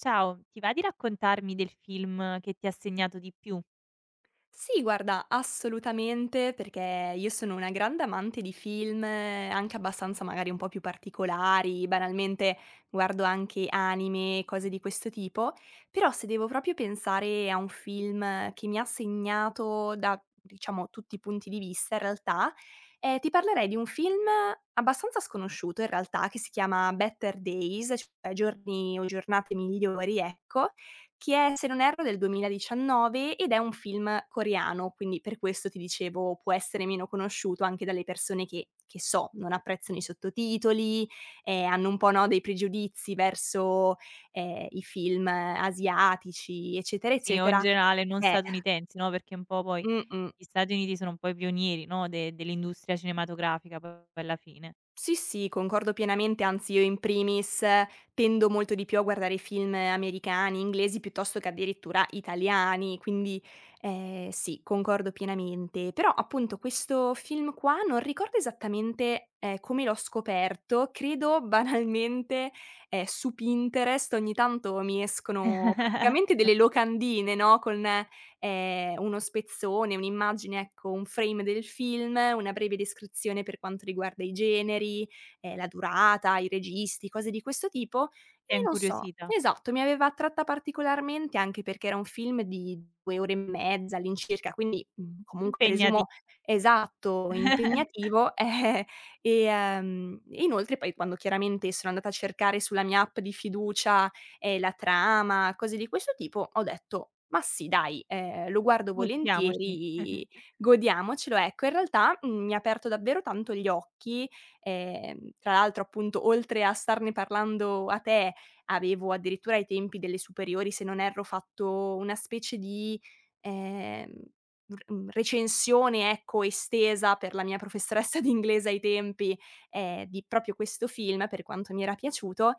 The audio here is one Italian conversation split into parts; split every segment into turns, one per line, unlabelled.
Ciao, ti va di raccontarmi del film che ti ha segnato di più?
Sì, guarda, assolutamente, perché io sono una grande amante di film, anche abbastanza magari un po' più particolari, banalmente guardo anche anime, cose di questo tipo, però se devo proprio pensare a un film che mi ha segnato da, diciamo, tutti i punti di vista in realtà, ti parlerei di un film abbastanza sconosciuto in realtà, che si chiama Better Days, cioè giorni o giornate migliori, ecco, che è, se non erro, del 2019 ed è un film coreano, quindi per questo ti dicevo può essere meno conosciuto anche dalle persone che so, non apprezzano i sottotitoli, hanno un po', no, dei pregiudizi verso, i film asiatici, eccetera,
Sì, o in
eccetera.
generale non
Eh,
statunitensi, no, perché un po' poi
mh-mh.
gli Stati Uniti sono un po' i pionieri, no, de dell'industria cinematografica poi alla fine.
Sì, sì, concordo pienamente, anzi io in primis tendo molto di più a guardare film americani, inglesi piuttosto che addirittura italiani, quindi sì, concordo pienamente. Però appunto questo film qua non ricordo esattamente come l'ho scoperto, credo banalmente su Pinterest ogni tanto mi escono praticamente delle locandine, no? Con uno spezzone, un'immagine, ecco, un frame del film, una breve descrizione per quanto riguarda i generi, la durata, i registi, cose di questo tipo.
Ti ha
E non so
incuriosita?
esatto, mi aveva attratta particolarmente anche perché era un film di 2 ore e mezza all'incirca, quindi, comunque
Impegnati
presumo esatto, impegnativo, eh, e inoltre poi quando chiaramente sono andata a cercare sulla mia app di fiducia la trama, cose di questo tipo, ho detto: "Ma sì dai, lo guardo
buttiamoci.
volentieri, godiamocelo", ecco. In realtà, mi ha aperto davvero tanto gli occhi, tra l'altro appunto oltre a starne parlando a te, avevo addirittura ai tempi delle superiori, se non erro, fatto una specie di, ehm, recensione, ecco, estesa per la mia professoressa di inglese ai tempi, di proprio questo film, per quanto mi era piaciuto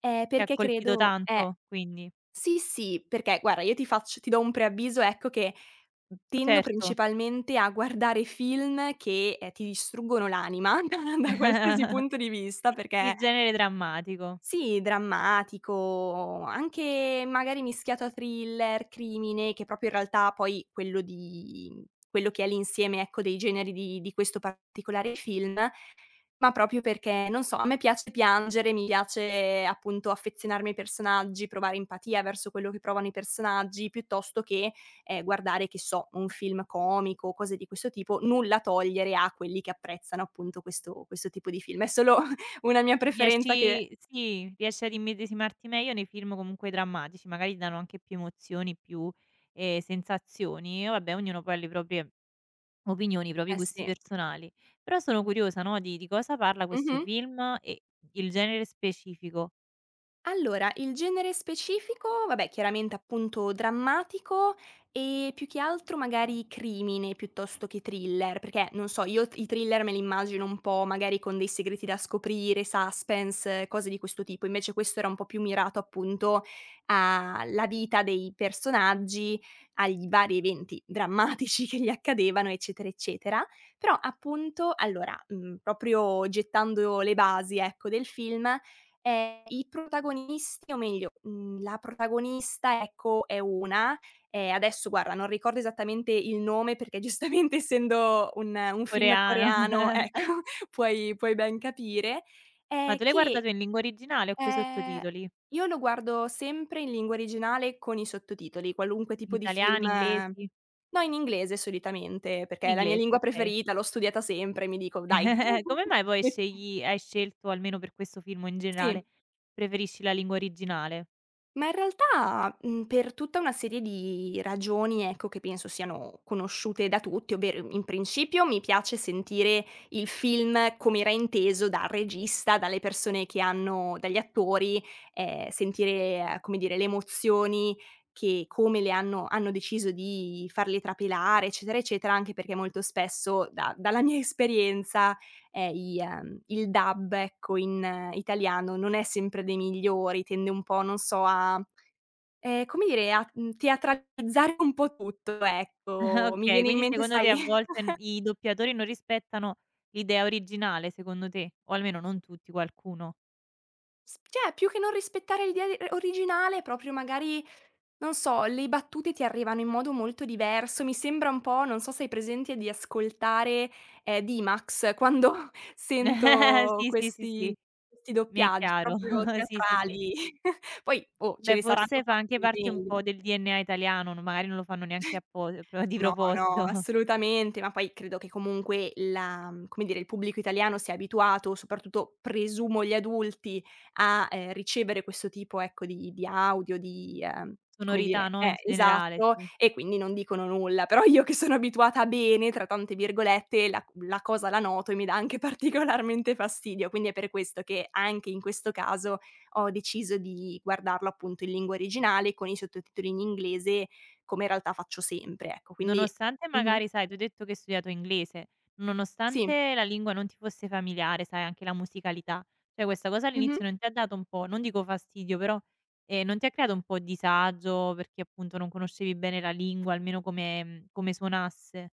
Ti ha
perché
colpito
credo
tanto quindi?
sì, sì, perché guarda io ti do un preavviso ecco che tendo
Certo.
principalmente a guardare film che, ti distruggono l'anima da qualsiasi punto di vista, perché
Il genere drammatico.
sì, drammatico, anche magari mischiato a thriller, crimine, che proprio in realtà poi quello che è l'insieme, ecco, dei generi di questo particolare film ma proprio perché, non so, a me piace piangere, mi piace appunto affezionarmi ai personaggi, provare empatia verso quello che provano i personaggi, piuttosto che, guardare, che so, un film comico o cose di questo tipo, nulla togliere a quelli che apprezzano appunto questo tipo di film. È solo una mia preferenza che
Riesci sì, riesci ad immedesimarti meglio nei film comunque drammatici, magari danno anche più emozioni, più, sensazioni. Vabbè, ognuno poi ha le proprie opinioni, i propri
eh
gusti
sì.
personali. Però sono curiosa, no, di cosa parla questo
Mh-mh.
film e il genere specifico,
Allora, il genere specifico, vabbè chiaramente appunto drammatico e più che altro magari crimine piuttosto che thriller, perché non so, io i thriller me li immagino un po' magari con dei segreti da scoprire, suspense, cose di questo tipo, invece questo era un po' più mirato appunto alla vita dei personaggi, agli vari eventi drammatici che gli accadevano, eccetera, eccetera. Però appunto, allora, proprio gettando le basi, ecco, del film. I protagonisti o meglio, la protagonista, ecco, è una, adesso guarda non ricordo esattamente il nome perché giustamente essendo un film
coreano.
coreano, ecco, puoi ben capire,
Ma
ehm,
tu l'hai guardato
che,
in lingua originale o coi
ehm
sottotitoli?
io lo guardo sempre in lingua originale con i sottotitoli, qualunque tipo di film
Italiani, inglesi?
no, in inglese solitamente,
In
perché è la mia
inglese,
lingua
okay.
preferita, l'ho studiata sempre, mi dico: "Dai"
Come mai poi
metti
scegli hai scelto, almeno per questo film o in generale,
sì.
preferisci la lingua originale?
Ma in realtà, per tutta una serie di ragioni, ecco, che penso siano conosciute da tutti, ovvero in principio mi piace sentire il film come era inteso dal regista, dalle persone che hanno dagli attori, sentire, come dire, le emozioni che come le hanno hanno deciso di farle trapelare, eccetera, eccetera, anche perché molto spesso da dalla mia esperienza i il dub ecco in italiano non è sempre dei migliori, tende un po', non so, a come dire, a, teatralizzare un po' tutto,
Ah,
ecco. Mi
okay,
viene in
quindi
mente
secondo te
sai,
a volte n i doppiatori non rispettano l'idea originale, secondo te? O almeno non tutti, qualcuno.
s cioè più che non rispettare l'idea de originale, proprio magari non so, le battute ti arrivano in modo molto diverso, mi sembra un po' non so se hai presente di ascoltare, D-Max quando sento
Sì, sì, sì,
questi
sì,
questi
mi è
doppiaggi
chiaro.
proprio
Sì, sì, sì.
teatrali. Poi, oh, ce
Beh,
ne
forse
saranno
fa anche
fatti di
parte un po'
meglio.
del DNA italiano, no magari non lo fanno neanche appos pro di
No, no,
proposito.
assolutamente, ma poi credo che comunque come dire, il pubblico italiano sia abituato, soprattutto presumo gli adulti, a, ricevere questo tipo, ecco, di audio, di come
Sonorità,
dire
no, in generale,
esatto,
sì.
e quindi non dicono nulla. Però io che sono abituata "bene", tra tante virgolette, la cosa la noto e mi dà anche particolarmente fastidio. Quindi è per questo che anche in questo caso ho deciso di guardarlo appunto in lingua originale con i sottotitoli in inglese come in realtà faccio sempre, ecco. Quindi
Nonostante
mh-mh.
magari, sai, tu hai detto che hai studiato inglese,
Sì.
nonostante la lingua non ti fosse familiare, sai, anche la musicalità, cioè questa cosa
Mh-mh.
all'inizio non ti ha dato un po', non dico fastidio, però, non ti ha creato un po' disagio perché appunto non conoscevi bene la lingua, almeno come mhmm, come suonasse?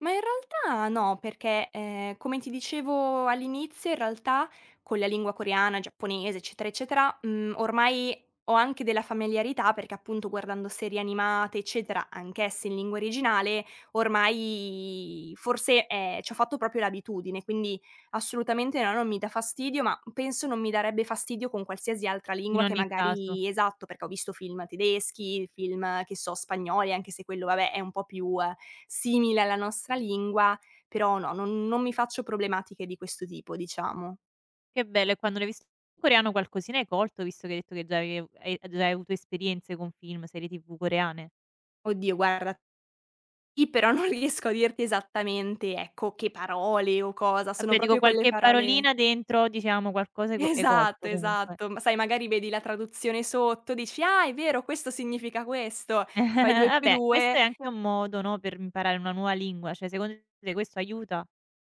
Ma in realtà no, perché, come ti dicevo all'inizio, in realtà con la lingua coreana, giapponese, eccetera, eccetera, ormai ho anche della familiarità perché appunto guardando serie animate, eccetera, anch'esse in lingua originale, ormai forse, c'ho fatto proprio l'abitudine, quindi assolutamente no, non mi dà fastidio, ma penso non mi darebbe fastidio con qualsiasi altra
In
lingua che
ogni caso.
magari esatto, perché ho visto film tedeschi, film, che so, spagnoli, anche se quello vabbè è un po' più simile alla nostra lingua, però no, non mi faccio problematiche di questo tipo, diciamo.
Che bello, e quando l'hai visto in coreano qualcosina hai colto, visto che hai detto che già avev hai già hai avuto esperienze con film, serie TV coreane?
Oddio guarda, sì, però non riesco a dirti esattamente, ecco, che parole o cosa, sono
Vabbè dico
proprio quelle
qualche
parole
parolina dentro, diciamo qualcosa hai colto
esatto,
comunque.
esatto. Ma sai, magari vedi la traduzione sotto, dici: "Ah, è vero, questo significa questo." Fai 2 più
Vabbè, questo
2
è anche un modo, no, per imparare una nuova lingua, cioè secondo te questo aiuta?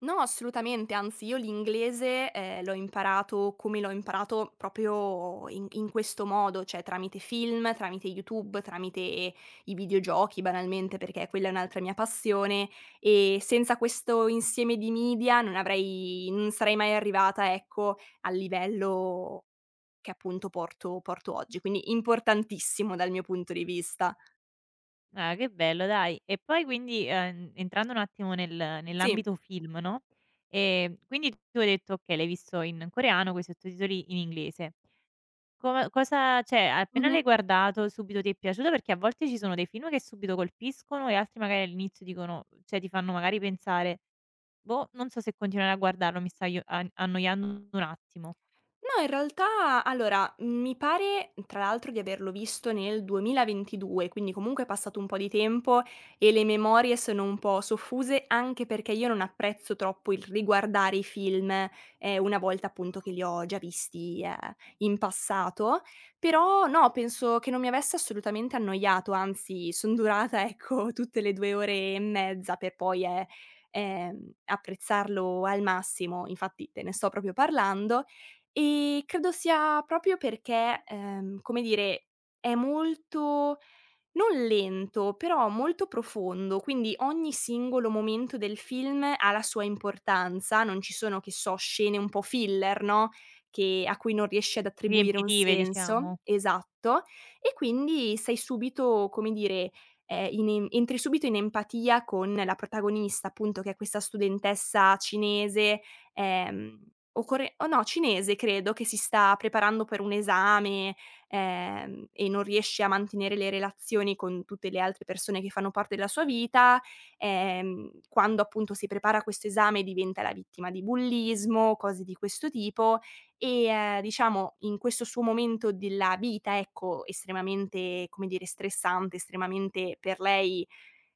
no, assolutamente, anzi io l'inglese, l'ho imparato come l'ho imparato proprio in questo modo, cioè tramite film, tramite YouTube, tramite i videogiochi banalmente, perché quella è un'altra mia passione e senza questo insieme di media non sarei mai arrivata, ecco, al livello che appunto porto oggi, quindi importantissimo dal mio punto di vista.
Ah, che bello dai. E poi quindi, entrando un attimo
Sì.
nell'ambito film, no, quindi tu hai detto: "Okay, l'hai visto in coreano coi sottotitoli in inglese." Come, cosa, cioè, appena l'hai
Mh-mh.
guardato subito ti è piaciuto? Perché a volte ci sono dei film che subito colpiscono e altri magari all'inizio dicono, cioè ti fanno magari pensare: "Boh, non so se continuare a guardarlo, mi sta aio a annoiando un attimo."
No, in realtà allora, mi pare tra l'altro di averlo visto nel 2022, quindi comunque è passato un po' di tempo e le memorie sono un po' soffuse, anche perché io non apprezzo troppo il riguardare i film, una volta appunto che li ho già visti, in passato. Però no, penso che non mi avesse assolutamente annoiato, anzi son durata ecco tutte le 2 ore e mezza per poi, apprezzarlo al massimo, infatti te ne sto proprio parlando. Credo sia proprio perché, come dire, è molto non lento, però molto profondo, quindi ogni singolo momento del film ha la sua importanza, non ci sono, che so, scene un po' filler, no, che a cui non riesci ad attribuire un
Riempitive
senso
diciamo.
esatto, e quindi sei subito, come dire, in em entri subito in empatia con la protagonista, appunto, che è questa studentessa cinese, ehm, o core o no, cinese credo, che si sta preparando per un esame e non riesce a mantenere le relazioni con tutte le altre persone che fanno parte della sua vita, quando appunto si prepara a questo esame diventa la vittima di bullismo, cose di questo tipo diciamo in questo suo momento della vita, ecco, estremamente, come dire, stressante, estremamente per lei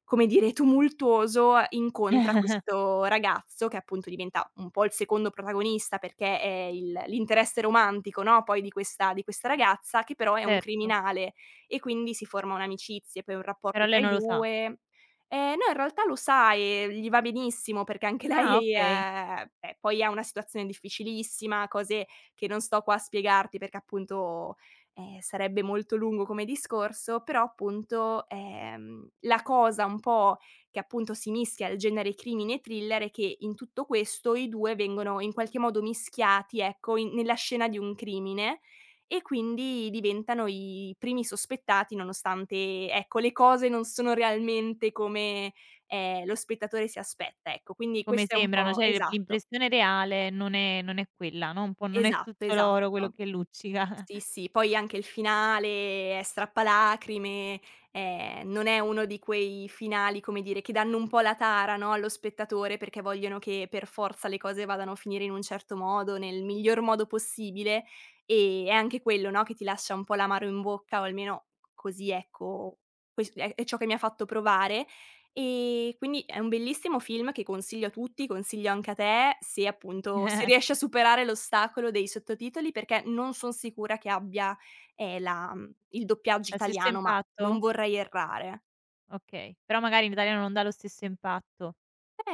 come dire, tumultuoso, incontra questo ragazzo che appunto diventa un po' il secondo protagonista perché è il l'interesse romantico, no, poi di questa ragazza, che però è un
Certo,
criminale e quindi si forma un'amicizia e poi un
però
rapporto
lei
tra i
non lo sa.
2. No, in realtà lo sa e gli va benissimo perché anche
Ah
lei,
okay,
beh, poi ha una situazione difficilissima, cose che non sto qua a spiegarti perché appunto sarebbe molto lungo come discorso, però appunto, la cosa un po' che appunto si mischia al genere crimine e thriller è che in tutto questo i 2 vengono in qualche modo mischiati, ecco, in nella scena di un crimine e quindi diventano i primi sospettati nonostante, ecco, le cose non sono realmente come, lo spettatore si aspetta, ecco. Quindi
come
questo è un
sembrano,
po'
cioè
esatto,
l'impressione reale non è quella, no, un po' non è
esatto,
tutto l'oro quello
esatto.
che luccica.
Sì, sì, poi anche il finale è strappalacrime, non è uno di quei finali, come dire, che danno un po' la tara, no, allo spettatore perché vogliono che per forza le cose vadano a finire in un certo modo, nel miglior modo possibile, è anche quello, no, che ti lascia un po' l'amaro in bocca o almeno così ecco, ques è ciò che mi ha fatto provare. Quindi è un bellissimo film che consiglio a tutti, consiglio anche a te, se riesci a superare l'ostacolo dei sottotitoli, perché non son sicura che abbia, il doppiaggio
Ha lo stesso
italiano, ma
impatto?
non vorrei errare.
Okay, però magari in italiano non dà lo stesso impatto.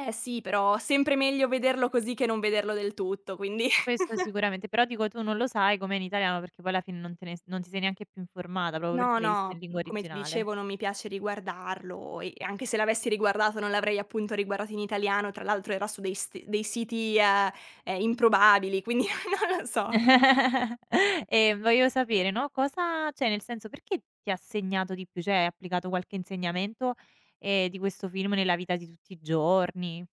Eh sì, però sempre meglio vederlo così che non vederlo del tutto, quindi
Questo sicuramente, però dico tu non lo sai com'è in italiano perché poi alla fine non te ne non ti sei neanche più informata proprio
no,
perché l'hai visto in
no, mhmm,
lingua
come ti
originale.
dicevo non mi piace riguardarlo e anche se l'avessi riguardato non l'avrei appunto riguardato in italiano, tra l'altro era su dei st dei siti, improbabili, quindi non lo so.
E voglio sapere, no, cosa, cioè nel senso, perché ti ha segnato di più? Cioè, hai applicato qualche insegnamento, di questo film nella vita di tutti i giorni?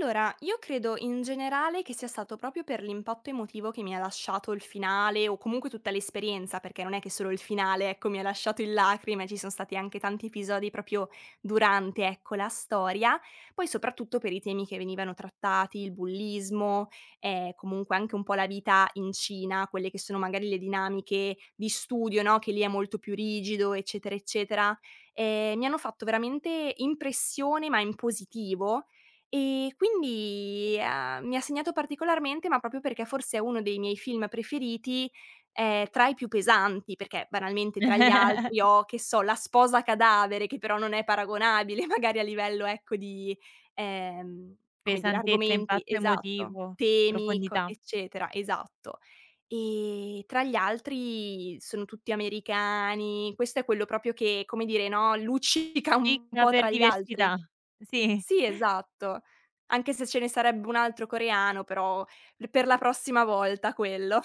Allora, io credo in generale che sia stato proprio per l'impatto emotivo che mi ha lasciato il finale o comunque tutta l'esperienza, perché non è che solo il finale, ecco, mi ha lasciato in lacrime, ci sono stati anche tanti episodi proprio durante, ecco, la storia. Poi soprattutto per i temi che venivano trattati, il bullismo, comunque anche un po' la vita in Cina, quelle che sono magari le dinamiche di studio, no? Che lì è molto più rigido, eccetera, eccetera. Mi hanno fatto veramente impressione, ma in positivo e quindi, mi ha segnato particolarmente, ma proprio perché forse è uno dei miei film preferiti, tra i più pesanti, perché banalmente tra gli altri ho, che so, La sposa cadavere, che però non è paragonabile magari a livello, ecco, di, ehm, come dire,
Pesantezza,
argomenti
impatto
esatto,
emotivo,
temi, co
profondità.
eccetera, esatto. E tra gli altri sono tutti americani, questo è quello proprio che, come dire, no, luccica un
Spicca
po'
per
tra gli altri.
diversità. Sì.
Sì, esatto. Anche se ce ne sarebbe un altro coreano, però l per la prossima volta quello.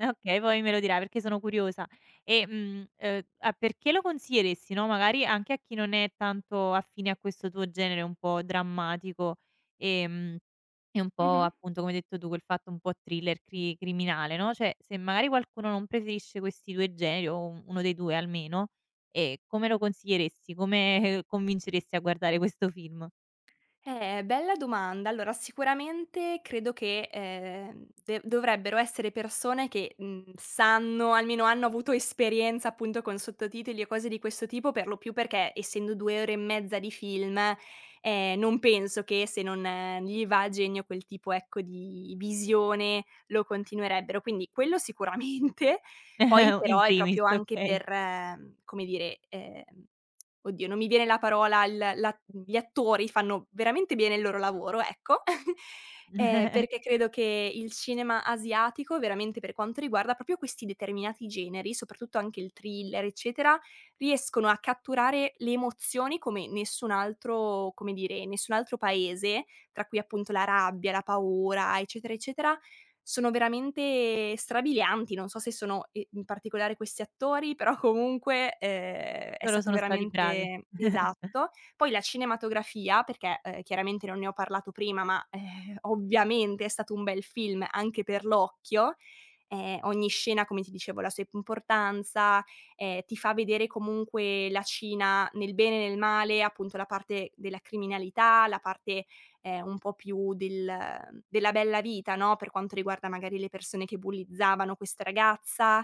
Eh okay, poi me lo dirai perché sono curiosa. E, mhmm, a perché lo consiglieresti, no, magari anche a chi non è tanto affine a questo tuo genere un po' drammatico, ehm, e un po'
Mh-mh.
appunto, come hai detto tu, quel fatto un po' thriller criminale, no, cioè se magari qualcuno non preferisce questi 2 generi o u uno dei 2 almeno, come lo consiglieresti? Come convinceresti a guardare questo film?
Bella domanda. Allora, sicuramente credo che, de dovrebbero essere persone che, mhmm, sanno, almeno hanno avuto esperienza appunto con sottotitoli e cose di questo tipo, per lo più perché essendo 2 ore e mezza di film, non penso che se non gli va a genio quel tipo, ecco, di visione lo continuerebbero. Quindi quello sicuramente. Poi
In
però è
primis,
proprio anche
okay.
per, come dire, Oddio, non mi viene la parola, il la gli attori fanno veramente bene il loro lavoro, ecco, perché credo che il cinema asiatico, veramente per quanto riguarda proprio questi determinati generi, soprattutto anche il thriller, eccetera, riescono a catturare le emozioni come nessun altro come dire, nessun altro paese, tra cui appunto la rabbia, la paura, eccetera, eccetera, sono veramente strabilianti. Non so se sono i in particolare questi attori, però comunque, è
Loro
stato
sono stati bravi.
veramente esatto. Poi la cinematografia, perché, chiaramente non ne ho parlato prima, ma, ovviamente è stato un bel film anche per l'occhio. Ogni scena, come ti dicevo, ha la sua importanza, ti fa vedere comunque la Cina nel bene e nel male, appunto la parte della criminalità, la parte un po' più del della bella vita, no, per quanto riguarda magari le persone che bullizzavano questa ragazza,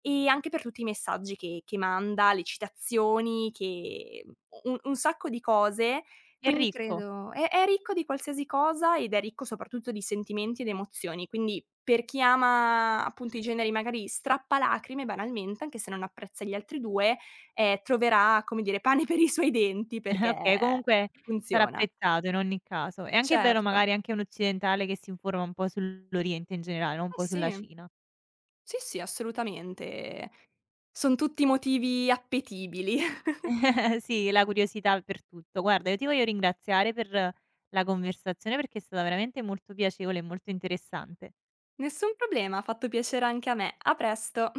e anche per tutti i messaggi che manda, le citazioni che u un sacco di cose,
È
quindi
ricco.
credo è ricco di qualsiasi cosa ed è ricco soprattutto di sentimenti ed emozioni, quindi per chi ama appunto i generi magari strappalacrime banalmente, anche se non apprezza gli altri 2, troverà, come dire, pane per i suoi denti perché
Okay, comunque sarà
funziona.
apprezzato in ogni caso. È anche bello
Certo.
magari anche un occidentale che si informa un po' sull'Oriente in generale, non un
Eh
po' sulla
sì,
Cina.
sì, sì, assolutamente. Son tutti motivi appetibili.
Sì, la curiosità per tutto. Guarda, io ti voglio ringraziare per la conversazione perché è stata veramente molto piacevole e molto interessante.
Nessun problema, ha fatto piacere anche a me. A presto.